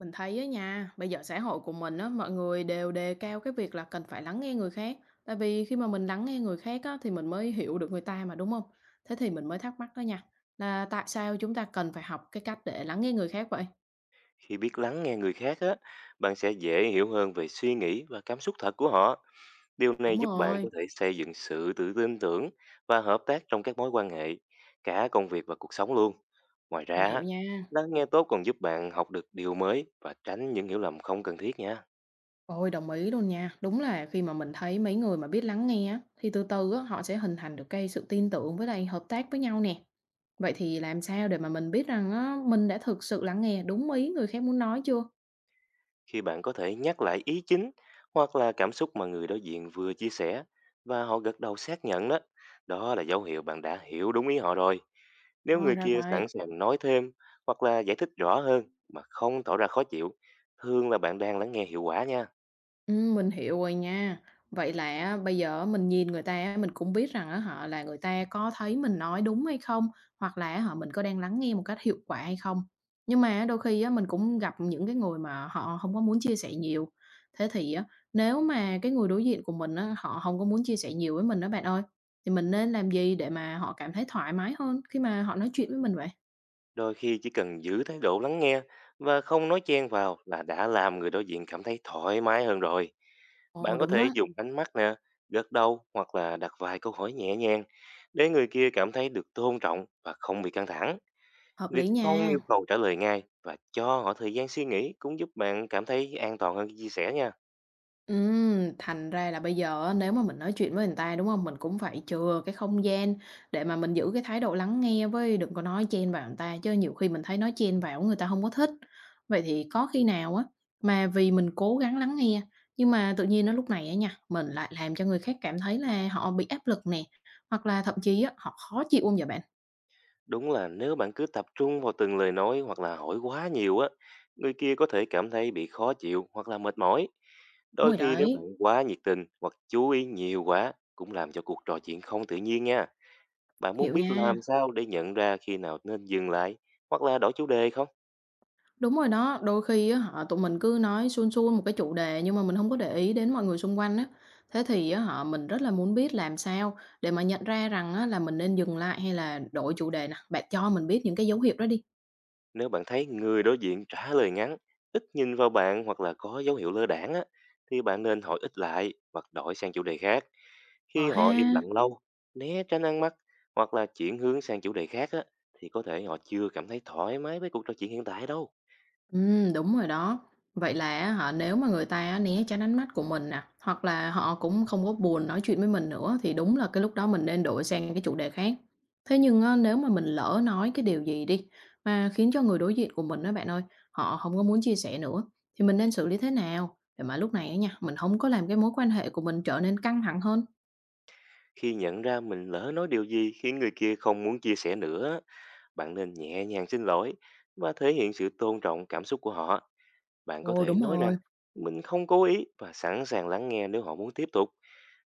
Mình thấy á nha, bây giờ xã hội của mình á, mọi người đều đề cao cái việc là cần phải lắng nghe người khác. Tại vì khi mà mình lắng nghe người khác á, thì mình mới hiểu được người ta mà, đúng không? Thế thì mình mới thắc mắc đó nha, là tại sao chúng ta cần phải học cái cách để lắng nghe người khác vậy? Khi biết lắng nghe người khác á, bạn sẽ dễ hiểu hơn về suy nghĩ và cảm xúc thật của họ. Điều Đúng này giúp bạn rồi, có thể xây dựng sự tự tin tưởng và hợp tác trong các mối quan hệ, cả công việc và cuộc sống luôn. Ngoài mình ra, hiểu á, nha. lắng nghe tốt còn giúp bạn học được điều mới và tránh những hiểu lầm không cần thiết nha. Ôi đồng ý luôn nha, đúng là khi mà mình thấy mấy người mà biết lắng nghe á, thì từ từ á, họ sẽ hình thành được cái sự tin tưởng với lại hợp tác với nhau nè. Vậy thì làm sao để mà mình biết rằng á, mình đã thực sự lắng nghe đúng ý người khác muốn nói chưa? Khi bạn có thể nhắc lại ý chính hoặc là cảm xúc mà người đối diện vừa chia sẻ và họ gật đầu xác nhận đó, đó là dấu hiệu bạn đã hiểu đúng ý họ rồi. Nếu Ờ, người ra kia vậy. sẵn sàng nói thêm hoặc là giải thích rõ hơn mà không tỏ ra khó chịu, thường là bạn đang lắng nghe hiệu quả nha. Mình hiểu rồi nha. Vậy là á, bây giờ á, mình nhìn người ta á, mình cũng biết rằng á họ là người ta có thấy mình nói đúng hay không, hoặc là họ mình có đang lắng nghe một cách hiệu quả hay không. Nhưng mà á, đôi khi á, mình cũng gặp những cái người mà họ không có muốn chia sẻ nhiều. Thế thì á, nếu mà cái người đối diện của mình á, họ không có muốn chia sẻ nhiều với mình đó bạn ơi, thì mình nên làm gì để mà họ cảm thấy thoải mái hơn khi mà họ nói chuyện với mình vậy? Đôi khi chỉ cần giữ thái độ lắng nghe và không nói chen vào là đã làm người đối diện cảm thấy thoải mái hơn rồi. Ồ, Bạn có đúng thể đó, dùng ánh mắt nè, gật đầu hoặc là đặt vài câu hỏi nhẹ nhàng để người kia cảm thấy được tôn trọng và không bị căng thẳng. hợp Việc lý không nha. yêu cầu trả lời ngay và cho họ thời gian suy nghĩ cũng giúp bạn cảm thấy an toàn hơn khi chia sẻ nha. Thành ra là bây giờ á, nếu mà mình nói chuyện với người ta, đúng không? Mình cũng phải chừa cái không gian để mà mình giữ cái thái độ lắng nghe với đừng có nói chen vào người ta, chứ nhiều khi mình thấy nói chen vào người ta không có thích. Vậy thì có khi nào á, mà vì mình cố gắng lắng nghe, nhưng mà tự nhiên nó lúc này á nha, mình lại làm cho người khác cảm thấy là họ bị áp lực nè, hoặc là thậm chí á, họ khó chịu hông vậy bạn? Đúng là nếu bạn cứ tập trung vào từng lời nói hoặc là hỏi quá nhiều á, người kia có thể cảm thấy bị khó chịu hoặc là mệt mỏi. Đúng Đôi rồi khi nếu bạn đấy, quá nhiệt tình hoặc chú ý nhiều quá cũng làm cho cuộc trò chuyện không tự nhiên nha. Bạn muốn hiểu biết làm nha. sao để nhận ra khi nào nên dừng lại hoặc là đổi chủ đề không? Đúng rồi đó, đôi khi á hả, tụi mình cứ nói suôn suôn một cái chủ đề nhưng mà mình không có để ý đến mọi người xung quanh á. Thế thì á hả, mình rất là muốn biết làm sao để mà nhận ra rằng á là mình nên dừng lại hay là đổi chủ đề nè, bạn cho mình biết những cái dấu hiệu đó đi. Nếu bạn thấy người đối diện trả lời ngắn, ít nhìn vào bạn hoặc là có dấu hiệu lơ đãng á, thì bạn nên hỏi ít lại hoặc đổi sang chủ đề khác. Ờ Khi ha. họ im lặng lâu, né tránh ăn mắt hoặc là chuyển hướng sang chủ đề khác á, thì có thể họ chưa cảm thấy thoải mái với cuộc trò chuyện hiện tại đâu. Đúng rồi đó. Vậy là á hả, nếu mà người ta á né tránh ánh mắt của mình nè, hoặc là họ cũng không có buồn nói chuyện với mình nữa thì đúng là cái lúc đó mình nên đổi sang cái chủ đề khác. Thế nhưng á, nếu mà mình lỡ nói cái điều gì đi mà khiến cho người đối diện của mình đó bạn ơi, họ không có muốn chia sẻ nữa thì mình nên xử lý thế nào để mà lúc này á nha, mình không có làm cái mối quan hệ của mình trở nên căng thẳng hơn? Khi nhận ra mình lỡ nói điều gì khiến người kia không muốn chia sẻ nữa, á, bạn nên nhẹ nhàng xin lỗi và thể hiện sự tôn trọng cảm xúc của họ. Bạn có Ồ, thể đúng nói rồi. rằng mình không cố ý và sẵn sàng lắng nghe nếu họ muốn tiếp tục.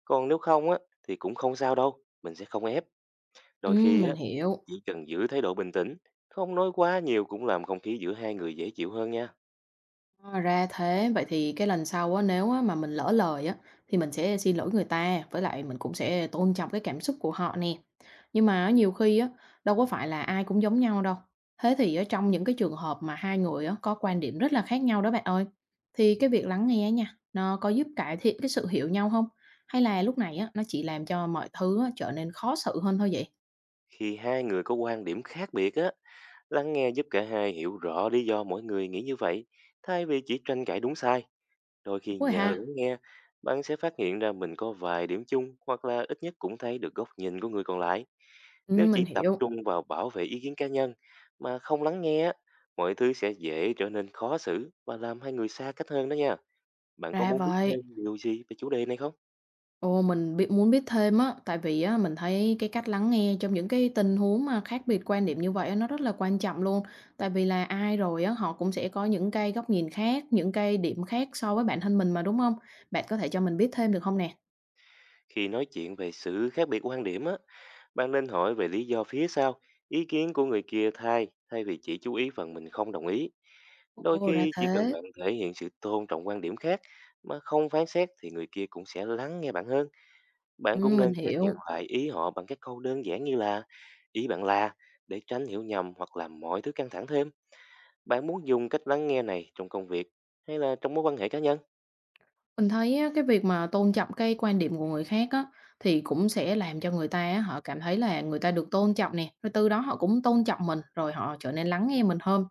Còn nếu không á, thì cũng không sao đâu, mình sẽ không ép. Đôi khi Mình á, hiểu. chỉ cần giữ thái độ bình tĩnh, không nói quá nhiều cũng làm không khí giữa hai người dễ chịu hơn nha. À, ra thế, vậy thì cái lần sau á, nếu á, mà mình lỡ lời á, thì mình sẽ xin lỗi người ta, với lại mình cũng sẽ tôn trọng cái cảm xúc của họ nè. Nhưng mà á, nhiều khi á, đâu có phải là ai cũng giống nhau đâu. Thế thì ở trong những cái trường hợp mà hai người á, có quan điểm rất là khác nhau đó bạn ơi, thì cái việc lắng nghe nha, nó có giúp cải thiện cái sự hiểu nhau không? Hay là lúc này á, nó chỉ làm cho mọi thứ á, trở nên khó xử hơn thôi vậy? Khi hai người có quan điểm khác biệt á, lắng nghe giúp cả hai hiểu rõ lý do mỗi người nghĩ như vậy, thay vì chỉ tranh cãi đúng sai. Đôi Đúng khi rồi nhờ ha, lắng nghe, bạn sẽ phát hiện ra mình có vài điểm chung hoặc là ít nhất cũng thấy được góc nhìn của người còn lại. ừ, Nếu mình chỉ tập hiểu, trung vào bảo vệ ý kiến cá nhân mà không lắng nghe, á, mọi thứ sẽ dễ trở nên khó xử và làm hai người xa cách hơn đó nha. Bạn có ra muốn biết vậy. thêm điều gì về chủ đề này không? Ồ, mình biết muốn biết thêm á, tại vì á mình thấy cái cách lắng nghe trong những cái tình huống mà khác biệt quan điểm như vậy á, nó rất là quan trọng luôn. Tại vì là ai rồi á, họ cũng sẽ có những cái góc nhìn khác, những cái điểm khác so với bản thân mình mà, đúng không? Bạn có thể cho mình biết thêm được không nè? Khi nói chuyện về sự khác biệt quan điểm á, bạn nên hỏi về lý do phía sau, ý kiến của người kia thay vì chỉ chú ý phần mình không đồng ý. Đôi Ồ, ra khi chỉ cần thế. bạn thể hiện sự tôn trọng quan điểm khác mà không phán xét thì người kia cũng sẽ lắng nghe bạn hơn. Bạn cũng Mình nên xác nhận hiểu. lại ý họ bằng các câu đơn giản như là ý bạn là, để tránh hiểu nhầm hoặc làm mọi thứ căng thẳng thêm. Bạn muốn dùng cách lắng nghe này trong công việc hay là trong mối quan hệ cá nhân? Mình thấy á, cái việc mà tôn trọng cái quan điểm của người khác á, thì cũng sẽ làm cho người ta á, họ cảm thấy là người ta được tôn trọng nè, rồi từ đó họ cũng tôn trọng mình, rồi họ trở nên lắng nghe mình hơn.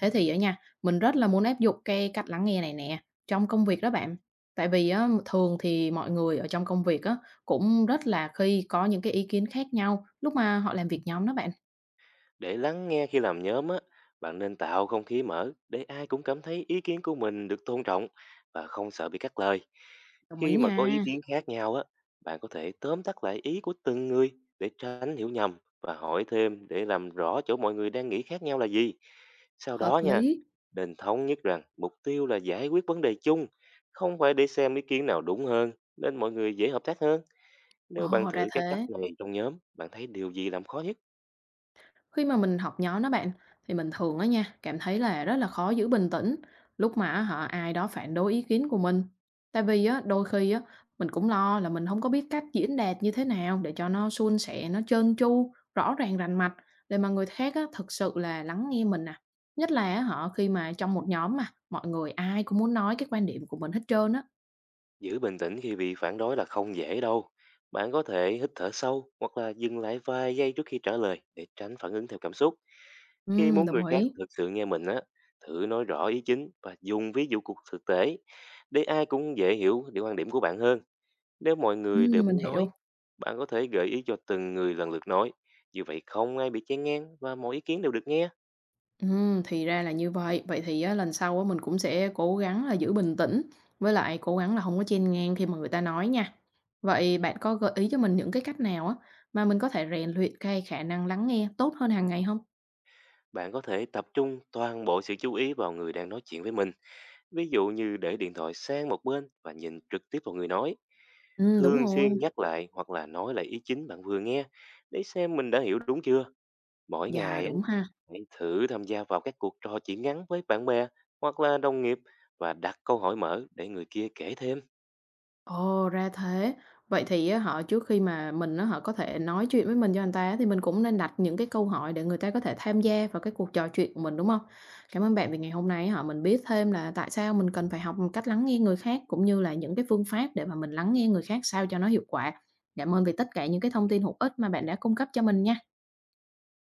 Thế thì á nha, mình rất là muốn áp dụng cái cách lắng nghe này nè, trong công việc đó bạn. Tại vì á, thường thì mọi người ở trong công việc á, cũng rất là khi có những cái ý kiến khác nhau lúc mà họ làm việc nhóm đó bạn. Để lắng nghe khi làm nhóm á, bạn nên tạo không khí mở để ai cũng cảm thấy ý kiến của mình được tôn trọng và không sợ bị cắt lời. Đồng ý Khi mà có ý nha. kiến khác nhau á, bạn có thể tóm tắt lại ý của từng người để tránh hiểu nhầm và hỏi thêm để làm rõ chỗ mọi người đang nghĩ khác nhau là gì. Sau Hợp đó nha, lý. nên thống nhất rằng mục tiêu là giải quyết vấn đề chung, không phải để xem ý kiến nào đúng hơn, nên mọi người dễ hợp tác hơn. Nếu bạn Ồ, ra thử các cách thế. này trong nhóm, bạn thấy điều gì làm khó nhất? Khi mà mình học nhóm đó bạn, thì mình thường á nha, cảm thấy là rất là khó giữ bình tĩnh lúc mà á hả ai đó phản đối ý kiến của mình. Tại vì á, đôi khi á, mình cũng lo là mình không có biết cách diễn đạt như thế nào để cho nó suôn sẻ, nó trơn tru, rõ ràng rành mạch để mà người khác á, thực sự là lắng nghe mình nè. Nhất là á, họ khi mà trong một nhóm mà mọi người ai cũng muốn nói cái quan điểm của mình hết trơn á. Giữ bình tĩnh khi bị phản đối là không dễ đâu. Bạn có thể hít thở sâu hoặc là dừng lại vài giây trước khi trả lời để tránh phản ứng theo cảm xúc. Khi Ừ, muốn đồng người khác ý. thực sự nghe mình á, thử nói rõ ý chính và dùng ví dụ cuộc thực tế để ai cũng dễ hiểu được quan điểm của bạn hơn. Nếu mọi Ừ, người đều mình muốn nói, hiểu. bạn có thể gợi ý cho từng người lần lượt nói. Như vậy không ai bị chen ngang và mọi ý kiến đều được nghe. Thì ra là như vậy. Vậy thì á, lần sau á, mình cũng sẽ cố gắng là giữ bình tĩnh, với lại cố gắng là không có chen ngang khi mà người ta nói nha. Vậy bạn có gợi ý cho mình những cái cách nào á, mà mình có thể rèn luyện cái khả năng lắng nghe tốt hơn hàng ngày không? Bạn có thể tập trung toàn bộ sự chú ý vào người đang nói chuyện với mình. Ví dụ như để điện thoại sang một bên và nhìn trực tiếp vào người nói, Đúng thường rồi. xuyên nhắc lại hoặc là nói lại ý chính bạn vừa nghe để xem mình đã hiểu đúng chưa. Mỗi Dạ, ngày á, đúng ha. hãy thử tham gia vào các cuộc trò chuyện ngắn với bạn bè hoặc là đồng nghiệp và đặt câu hỏi mở để người kia kể thêm. Ồ, ra thế. Vậy thì á họ trước khi mà mình á họ có thể nói chuyện với mình cho anh ta á, thì mình cũng nên đặt những cái câu hỏi để người ta có thể tham gia vào cái cuộc trò chuyện của mình, đúng không? Cảm ơn bạn vì ngày hôm nay á, họ mình biết thêm là tại sao mình cần phải học một cách lắng nghe người khác, cũng như là những cái phương pháp để mà mình lắng nghe người khác sao cho nó hiệu quả. Cảm ơn vì tất cả những cái thông tin hữu ích mà bạn đã cung cấp cho mình nha.